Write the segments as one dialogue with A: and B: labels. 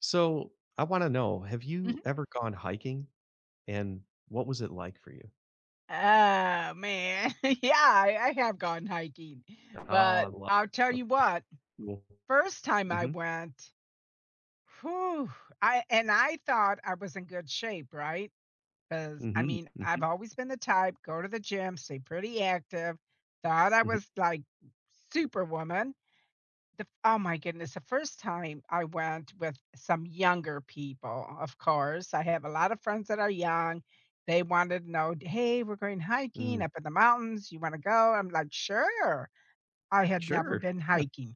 A: So I want to know, have you
B: Mhm.
A: ever gone hiking and what was it like for you?
B: Oh, man. Yeah, I have gone hiking,
A: Oh, I
B: but
A: love.
B: I'll tell you
A: Okay.
B: what,
A: Cool.
B: first time I
A: Hmm.
B: went, whew, I thought I was in good shape, right? Because I
A: Hmm.
B: mean, I've
A: Hmm.
B: always been the type, go to the gym, stay pretty active, thought I
A: Hmm.
B: was like superwoman. The Oh my goodness, the first time I went with some younger people, of course. I have a lot of friends that are young. They wanted to know, "Hey, we're going hiking
A: Mm.
B: up in the mountains. You want to go?" I'm like, "Sure." I had never
A: Sure.
B: been hiking,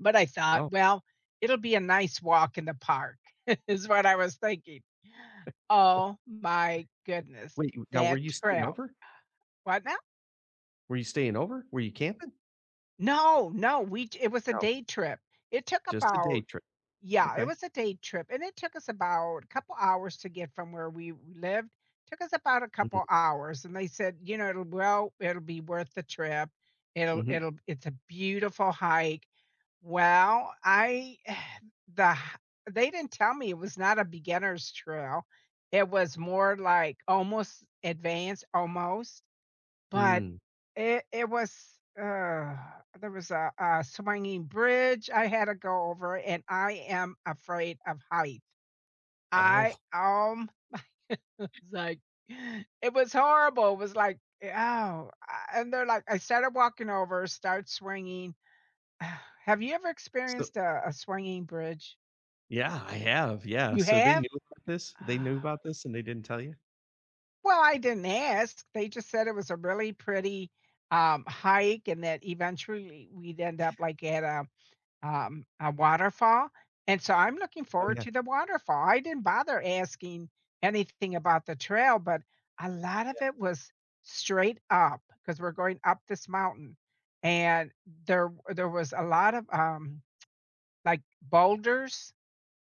B: but I thought,
A: Oh,
B: "Well, it'll be a nice walk in the park," is what I was thinking. Oh my goodness,
A: wait. Now, were
B: that
A: you staying
B: trail.
A: over?
B: What now?
A: Were you staying over? Were you camping?
B: No, no, we it was a
A: No,
B: day trip. It took
A: just a day
B: about
A: trip.
B: Yeah, it
A: Okay.
B: was a day trip, and it took us about a couple hours to get from where we lived. Took us about a couple
A: Mm-hmm.
B: hours, and they said, it'll be worth the trip. It'll,
A: Mm-hmm.
B: it'll, it's a beautiful hike. Well, the, h- they didn't tell me it was not a beginner's trail. It was more like almost advanced, almost but
A: Mm.
B: it was, ugh, there was a swinging bridge I had to go over, and I am afraid of height. I,
A: Oh,
B: um, like, it was horrible. It was like, "Oh," and they're like I started walking over, start swinging. Have you ever
A: so
B: experienced a swinging bridge?
A: yeah, I have. Yeah.
B: You
A: So they
B: have?
A: knew about this. They knew
B: Ah.
A: about this and they didn't tell you.
B: Well, I didn't ask. They just said it was a really pretty, hike and that eventually we'd end up, like, at a waterfall, and so I'm looking
A: Oh
B: forward
A: yeah.
B: to the waterfall. I didn't bother asking anything about the trail, but a lot of
A: Yeah.
B: it was straight up because 'cause we're going up this mountain, and there was a lot of, like, boulders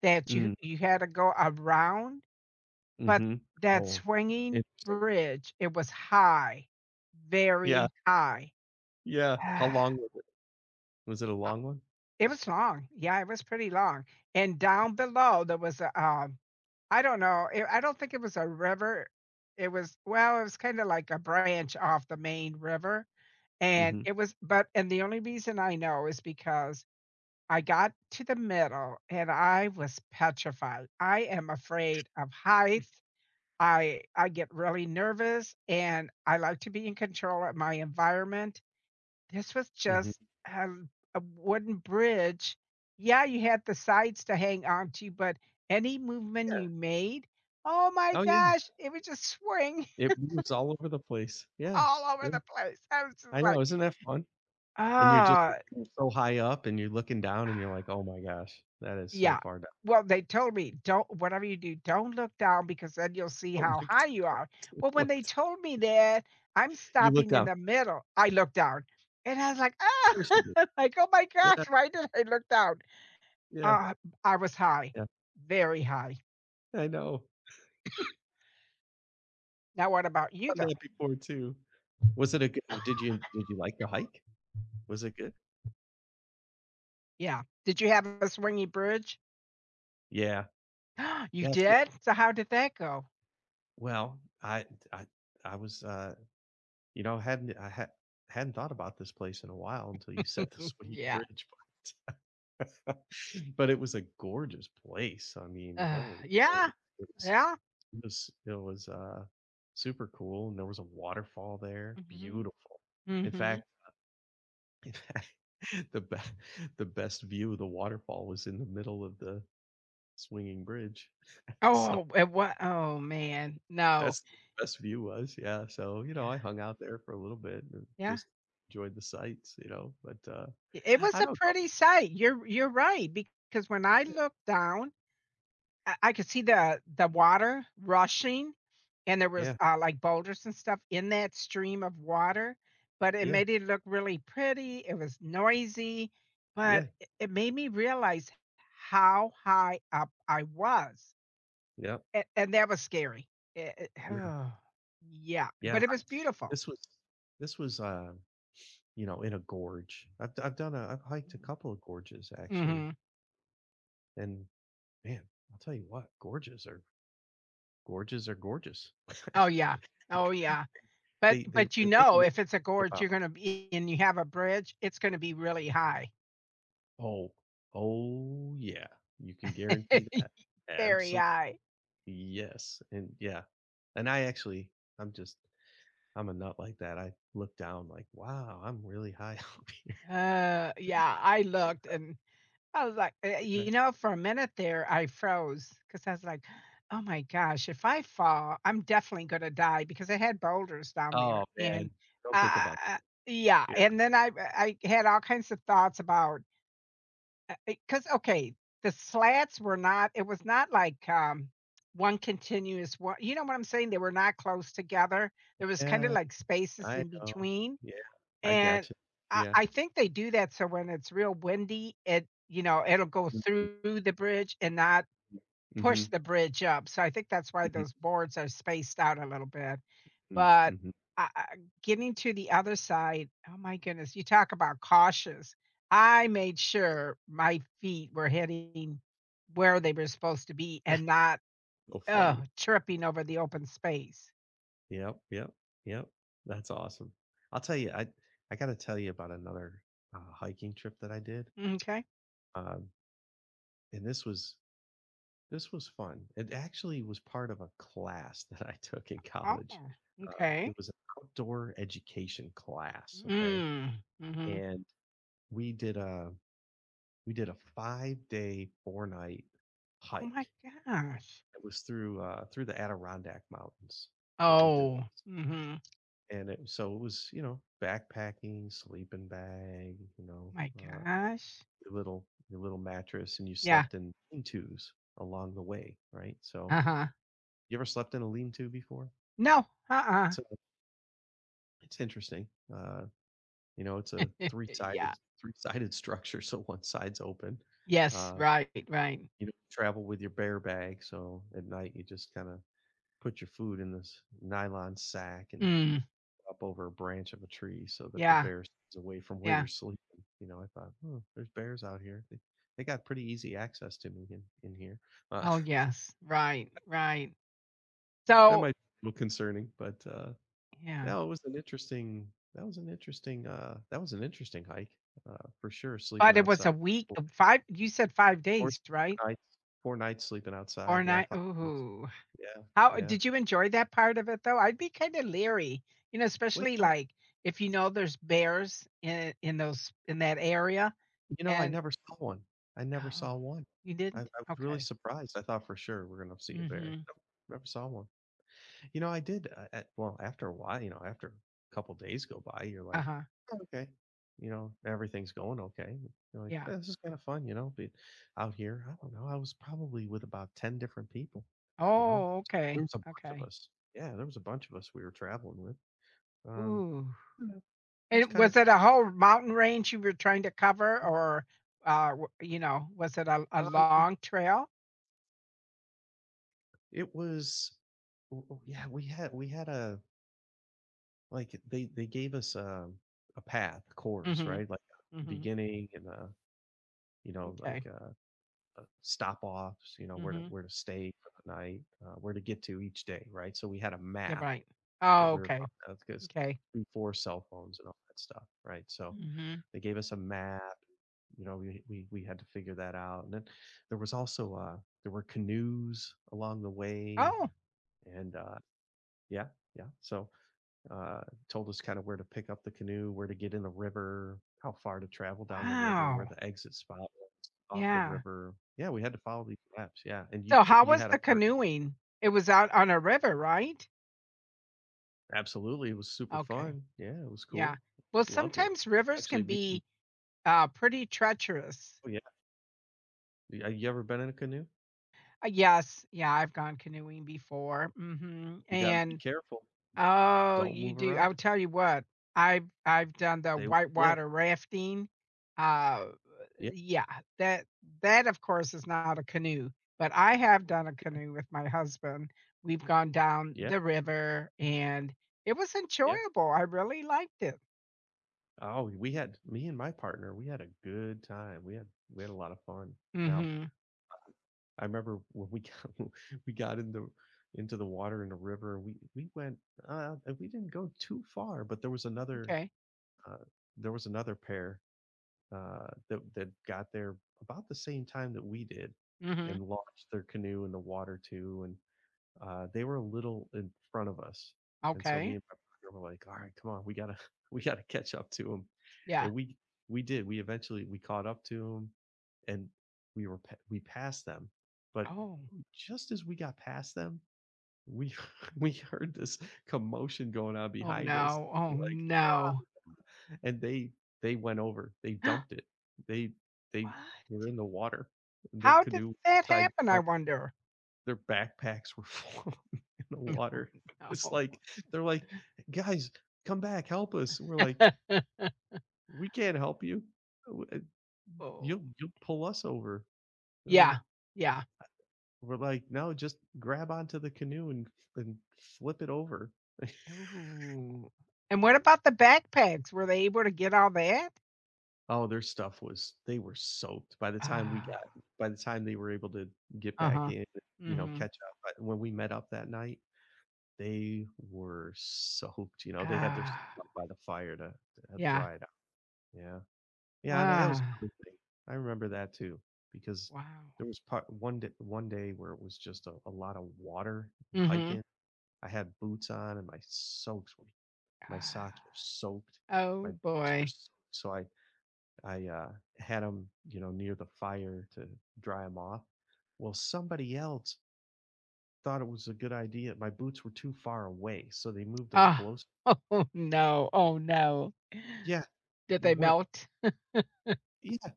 B: that you
A: Mm.
B: you had to go around, but
A: Hmm.
B: that
A: Oh,
B: swinging
A: interesting.
B: bridge, it was high,
A: Yeah.
B: very high.
A: Yeah. How long? Was it a long one?
B: It was long. Yeah, it was pretty long, and down below, there was a, I don't know, it I don't think it was a river. It was well, it was kinda like a branch off the main river, and
A: Mhm,
B: it was but and the only reason I know is because I got to the middle, and I was petrified. I am afraid of heights. I get really nervous, and I like to be in control of my environment, this was
A: mhm.
B: just, um, a wooden bridge. Yeah, you had the sides to hang on to, but any movement
A: Yeah.
B: you made, oh my
A: Oh, yeah.
B: gosh, it would just swing
A: It moves all over the place. Yeah.
B: all over
A: Yeah.
B: the place. I was just
A: I know,
B: like,
A: isn't that fun? And you're just
B: "Ah,
A: you're so high up and you're looking down and you're like, "Oh my gosh, that is so
B: yeah."
A: far down."
B: Well, they told me, "Don't whatever you do, don't look down because then you'll see
A: Oh
B: how
A: my
B: high you
A: god.
B: are." Well, when they
A: Looked.
B: told me that, I'm
A: You look
B: stopping in
A: down.
B: the middle. I looked down, and I was like,
A: Of course you do.
B: "Ah," like, "Oh my
A: Yeah,
B: gosh, why did I look down?"
A: yeah,
B: Uh, I was high,
A: yeah.
B: very high.
A: I know.
B: Now what about you,
A: Done
B: though?
A: that before too. Was it a good did you like the hike? Was it good?
B: Yeah. Did you have a swingy bridge?
A: Yeah.
B: You
A: Yeah, so
B: did? So how did that go?
A: well, I I I was, you know, hadn't I had hadn't thought about this place in a while until you said the Sweet
B: Yeah.
A: Bridge, but but it was a gorgeous place. I mean, holy
B: Yeah,
A: moly. It was
B: yeah.
A: it was it was, uh, super cool, and there was a waterfall there,
B: Mhm,
A: beautiful. In
B: mhm.
A: fact in fact, the be the best view of the waterfall was in the middle of the swinging bridge, so
B: Oh, it wa oh, man, no.
A: that's the best view was, yeah, so, you know,
B: Yeah,
A: I hung out there for a little bit and
B: yeah.
A: just enjoyed the sights, you know, but
B: It was
A: I
B: a
A: don't
B: pretty
A: know.
B: sight. You're right, because when I
A: Yeah,
B: looked down I could see the water rushing, and there was,
A: yeah,
B: uh, like, boulders and stuff in that stream of water, but it
A: yeah,
B: made it look really pretty, it was noisy, but
A: yeah,
B: it made me realize how high up I was,
A: yep,
B: a and that was scary. It
A: yeah,
B: Oh, yeah, but
A: yeah,
B: it was beautiful.
A: this was this was, you know, in a gorge. I've I I've done a I've hiked a couple of gorges actually,
B: Mhm.
A: and man, I'll tell you what, gorges are gorgeous.
B: Oh, yeah. Oh, yeah. But
A: They
B: but,
A: really make
B: if it's a
A: you think
B: gorge,
A: about.
B: you're gonna be and you have a bridge, it's gonna be really high.
A: Oh, oh yeah, you can guarantee that.
B: Very
A: Absolutely.
B: high.
A: Yes, and yeah. And I actually I'm just I'm a nut like that. I look down like, "Wow, I'm really high up here."
B: Yeah, I looked and I was like, eh,
A: Yeah.
B: you know, for a minute there, I froze because I was like, oh my gosh, if I fall, I'm definitely going to die because I had boulders down
A: Oh,
B: there. And
A: man. Don't think
B: uh,
A: about
B: uh, yeah,
A: that. Yeah.
B: and then I had all kinds of thoughts about, because, okay, the slats were not, it was not like, one continuous one. You know what I'm saying? They were not close together. There was kind of
A: Yeah,
B: like spaces
A: I
B: in
A: know.
B: between.
A: Yeah, I
B: And
A: gotcha.
B: I
A: Yeah.
B: I think they do that so when it's real windy, it, it'll go
A: Mhm.
B: through the bridge and not push
A: Mhm.
B: the bridge up, so I think that's why
A: Mhm.
B: those boards are spaced out a little bit,
A: Mhm.
B: but
A: Mhm.
B: I getting to the other side, oh my goodness, you talk about cautious. I made sure my feet were hitting where they were supposed to be and not,
A: So
B: ugh,
A: funny.
B: tripping over the open space.
A: Yep, yep, yep. That's awesome. I'll tell you, I I gotta tell you about another, hiking trip that I did.
B: Okay.
A: Um, and this was This was fun. It actually was part of a class that I took in
B: Oh,
A: college.
B: okay.
A: It was an outdoor education class, okay?
B: Mm, mhm.
A: And we did a we did a 5 day, 4 night
B: Oh my
A: hike.
B: gosh.
A: It was through through the Adirondack Mountains that we did,
B: Oh, mhm.
A: and it, so it was, you know, backpacking, sleeping bag, you know,
B: My gosh.
A: your little mattress, and you
B: Yeah,
A: slept in lean tos along the way, right? So
B: uh-huh.
A: you ever slept in a lean to before?
B: No, uh-uh.
A: So it's interesting. Uh, you know, it's a
B: Yeah.
A: three-sided structure, so one side's open.
B: Yes,
A: Um,
B: right, right.
A: you know, travel with your bear bag, so at night you just kind of put your food in this nylon sack and
B: Mm,
A: up over a branch of a tree so that the
B: yeah,
A: bear stays away from where
B: yeah.
A: you're sleeping. You know, I thought, oh, there's bears out here. They got pretty easy access to me in here. Uh,
B: Oh, yes, right, right.
A: that
B: So
A: might be a little concerning, but
B: yeah,
A: no, it was an interesting, that was an interesting hike, uh, for sure, sleeping
B: but it was
A: outside.
B: a week
A: Fo
B: of 5, you said 5
A: four
B: days, right?
A: four nights 4 nights sleeping
B: Or
A: outside, yeah,
B: 9
A: 5 nights.
B: ooh.
A: Yeah,
B: How
A: yeah.
B: did you enjoy that part of it, though? I'd be kinda leery,
A: Well,
B: especially,
A: you know
B: like, if you know there's bears in those in that area,
A: you know, I
B: and
A: never saw one. I never
B: Oh,
A: saw one.
B: you
A: I
B: didn't?
A: was really
B: Okay.
A: surprised, I thought for sure we're gonna see a bear.
B: Mhm.
A: Nope, never saw one. You know, I did at well, after a while, you know, after a couple days go by, you're like,
B: Uh-huh.
A: "Oh, okay, you know, everything's going okay." You're like,
B: Yeah.
A: "Eh, this is kind of fun, you know, be out here." I don't know. I was probably with about 10 different people, you know,
B: Oh,
A: there
B: okay.
A: was a bunch of
B: Okay.
A: us. Yeah, there was a bunch of us we were traveling with. Um,
B: Ooh.
A: you know, it was
B: And
A: kind
B: was
A: of cool.
B: it a whole mountain range you were trying to cover or, was it a
A: Um,
B: long trail?
A: it was, w- w- yeah, we had a, like they gave us a path course,
B: Mhm.
A: right? Like
B: Mhm.
A: beginning and you know,
B: Okay.
A: like uh. Stop offs, you know,
B: Mhm.
A: where to stay for the night, where to get to each day, right? So we had a
B: Yeah,
A: map
B: right.
A: that
B: Oh,
A: we were,
B: okay.
A: because
B: Okay.
A: before cell phones and all that stuff, right? So
B: Mhm.
A: they gave us a map. You know, we had to figure that out, and then there was also there were canoes along the way,
B: Oh,
A: and yeah, yeah. So uh, told us kind of where to pick up the canoe, where to get in the river, how far to travel down the river, where
B: wow.
A: the exit spot was off the
B: Yeah.
A: river. Yeah, we had to follow these maps. Yeah, and
B: So how
A: you
B: was
A: had a
B: the
A: partner.
B: canoeing? It was out on a river, right?
A: Absolutely, it was super
B: Okay.
A: fun. Yeah, it was
B: Yeah.
A: cool.
B: Well,
A: Loved it.
B: sometimes rivers can
A: Actually, me.
B: be pretty treacherous.
A: Oh yeah, you have you ever been in a canoe?
B: Yes, yeah, I've gone canoeing before, mhm,
A: You got to be
B: and
A: careful. Don't,
B: oh,
A: don't
B: you
A: move
B: do. I'll
A: around.
B: tell you what, I've done the
A: They will flip.
B: whitewater rafting, uh,
A: Yeah,
B: yeah, that of course, is not a canoe, but I have done a canoe with my husband. We've gone down
A: yeah,
B: the river, and it was
A: yeah.
B: enjoyable, I really liked it.
A: Oh, we had me and my partner. We had a good time. We had a lot of fun. Now
B: Mhm,
A: I remember when we got, we got in the into the water in the river. We went, we didn't go too far, but there was another,
B: okay,
A: uh, pair that that got there about the same time that we did,
B: mhm,
A: and launched their canoe in the water too. And they were a little in front of us, and so
B: okay,
A: me and my partner were like, "All right, come on, we gotta we gotta catch up to them,"
B: yeah.
A: and we did. We eventually we caught up to them, and we passed them, but
B: Oh,
A: just as we got past them, we we heard this commotion going on
B: oh,
A: behind us.
B: no, oh,
A: We're like,
B: no.
A: "Ah," and they went over. They
B: What?
A: dumped it. They they were in the water. Their
B: How did
A: canoe was
B: that
A: upside.
B: happen, I wonder?
A: Their backpacks were full in the water. It's
B: No.
A: like they're like, guys, come back, help us. We're like, we can't help you. uh,
B: Oh,
A: You'll pull us over. They're
B: yeah,
A: like,
B: yeah.
A: we're like, no, just grab onto the canoe and and flip it over.
B: Ooh, and what about the backpacks? Were they able to get all that?
A: Oh, their stuff was, they were soaked by the time we got,
B: Ah,
A: by the time they were able to get back
B: uh-huh.
A: in, you know,
B: Mhm.
A: catch up, but when we met up that night, they were soaked, you know, they had their stuff
B: Ah,
A: out by the fire to
B: yeah.
A: dry it out, yeah. Yeah, that that was
B: Ah,
A: another thing. I remember that too because
B: wow.
A: there was part one day where it was just a lot of water and
B: Mhm.
A: hiking. I had boots on and my socks
B: Ah,
A: were soaked, my
B: oh
A: boots were
B: boy.
A: soaked, so I had them, you know, near the fire to dry them off. Well, somebody else thought it was a good idea. My boots were too far away, so they moved them
B: Ah,
A: close.
B: oh no, oh no.
A: Yeah,
B: Did they
A: when
B: melt?
A: yeah,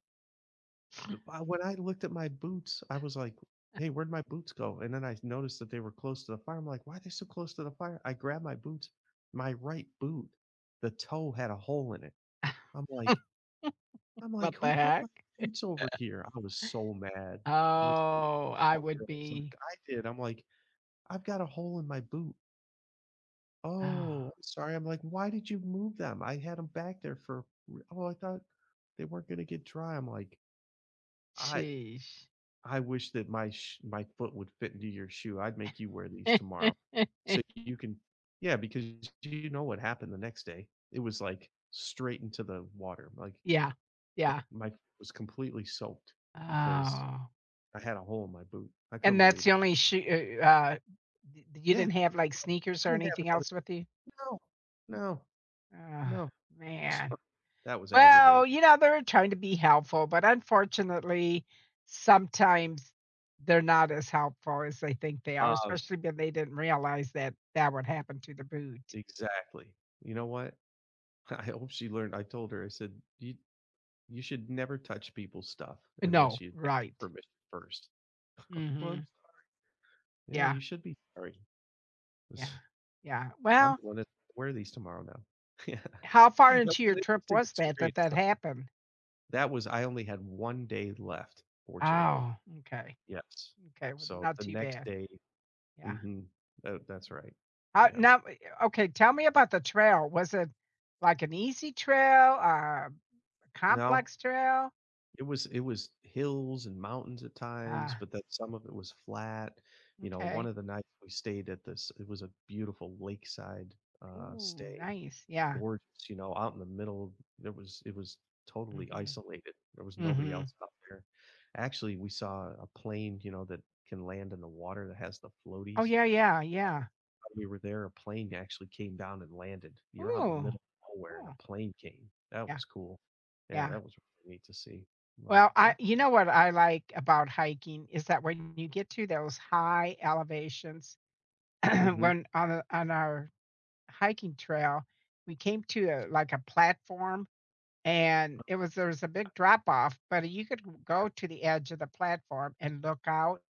A: the- uh, when I looked at my boots, I was like, "Hey, where'd my boots go?" And then I noticed that they were close to the fire. I'm like, "Why are they so close to the fire?" I grabbed my boots. My right boot, the toe had a hole in it. I'm like, I'm like,
B: What
A: who
B: the
A: put
B: heck?
A: my boots over here? I was so mad. And
B: Oh,
A: this
B: I
A: one
B: would
A: girl was
B: be
A: like, I did. I'm like, I've got a hole in my boot.
B: oh.
A: Oh, I'm sorry. I'm like, why did you move them? I had them back there for, oh, I thought they weren't going to get dry. I'm like, I,
B: Sheesh.
A: I wish that my foot would fit into your shoe. I'd make you wear these tomorrow. So you can, yeah, because you know what happened the next day. It was like straight into the water. Like
B: Yeah, yeah.
A: my foot was completely soaked because
B: Oh,
A: I had a hole in my boot. I
B: and
A: couldn't
B: that's
A: believe
B: the
A: it.
B: only shoe d you
A: Yeah.
B: didn't have, like, sneakers
A: I
B: or
A: didn't have
B: anything
A: another.
B: else with you?
A: No, no,
B: Oh,
A: no.
B: man.
A: That was
B: Well,
A: aggravating.
B: you know, they are trying to be helpful, but unfortunately, sometimes they're not as helpful as they think they are,
A: Um,
B: especially when they didn't realize that that would happen to the boot.
A: exactly. You know what? I hope she learned I told her, I said, "You should never touch people's stuff
B: No,
A: unless you ask
B: right.
A: permission first." "Well, I'm
B: Mhm.
A: sorry." "Yeah,
B: Yeah,
A: you should be sorry.
B: yeah, yeah.
A: I'm
B: Well
A: the one that's gonna wear these tomorrow now."
B: how far
A: Yeah. That
B: into
A: was
B: your
A: an
B: trip
A: interesting
B: was
A: experience,
B: that
A: though.
B: happened?
A: That was I only had 1 day left, fortunately.
B: Oh, okay,
A: Yes.
B: okay, well,
A: So,
B: not
A: the
B: too
A: next
B: bad,
A: day,
B: yeah.
A: mhm. Tha that's right.
B: How
A: Yeah.
B: now eh, okay, tell me about the trail, was it like an easy trail, a
A: Now.
B: complex trail?
A: It was hills and mountains at times,
B: Ah,
A: but then some of it was flat. You know, one
B: okay.
A: of the nights we stayed at this, it was a beautiful lakeside,
B: Ooh,
A: stay.
B: nice, yeah,
A: Gorgeous, you know, out in the middle. There was it was totally
B: mhm,
A: isolated. There was nobody
B: mhm.
A: else out there. Actually, we saw a plane, you know, that can land in the water that has the
B: Oh,
A: floaties.
B: yeah, yeah, yeah.
A: When we were there, a plane actually came down and landed. You're out in the
B: Ooh,
A: middle of nowhere and a
B: cool,
A: plane came. That
B: yeah,
A: was cool. Yeah,
B: yeah.
A: that was really neat to see. I'm like,
B: Well, I
A: what
B: you
A: the.
B: know what I like about hiking is that when you get to those high elevations,
A: Mhm.
B: when on our hiking trail, we came to a like a platform and it was there was a big drop off, but you could
A: Yeah,
B: go to the edge of the platform and look out.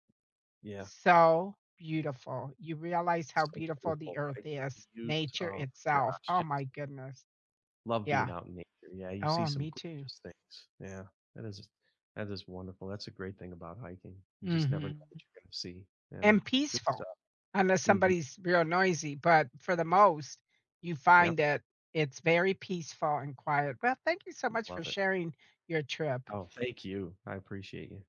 A: yeah.
B: So beautiful. You realize how
A: So
B: beautiful the
A: beautiful,
B: earth
A: right? The
B: is,
A: views,
B: nature
A: oh my
B: itself.
A: gosh,
B: Oh
A: just
B: my goodness.
A: love being
B: Yeah.
A: out in nature. Yeah, you see
B: Oh,
A: some
B: me too.
A: gorgeous things. Yeah, that is that is wonderful. That's a great thing about hiking. You just never know what
B: hmm
A: you're gonna see. Yeah,
B: And
A: good
B: peaceful,
A: stuff.
B: unless
A: Mhm.
B: somebody's real noisy. But for the most, you find
A: Yep,
B: that it's very peaceful and quiet. Well, thank you so much for
A: love it.
B: sharing your trip.
A: Oh, thank you. I appreciate you.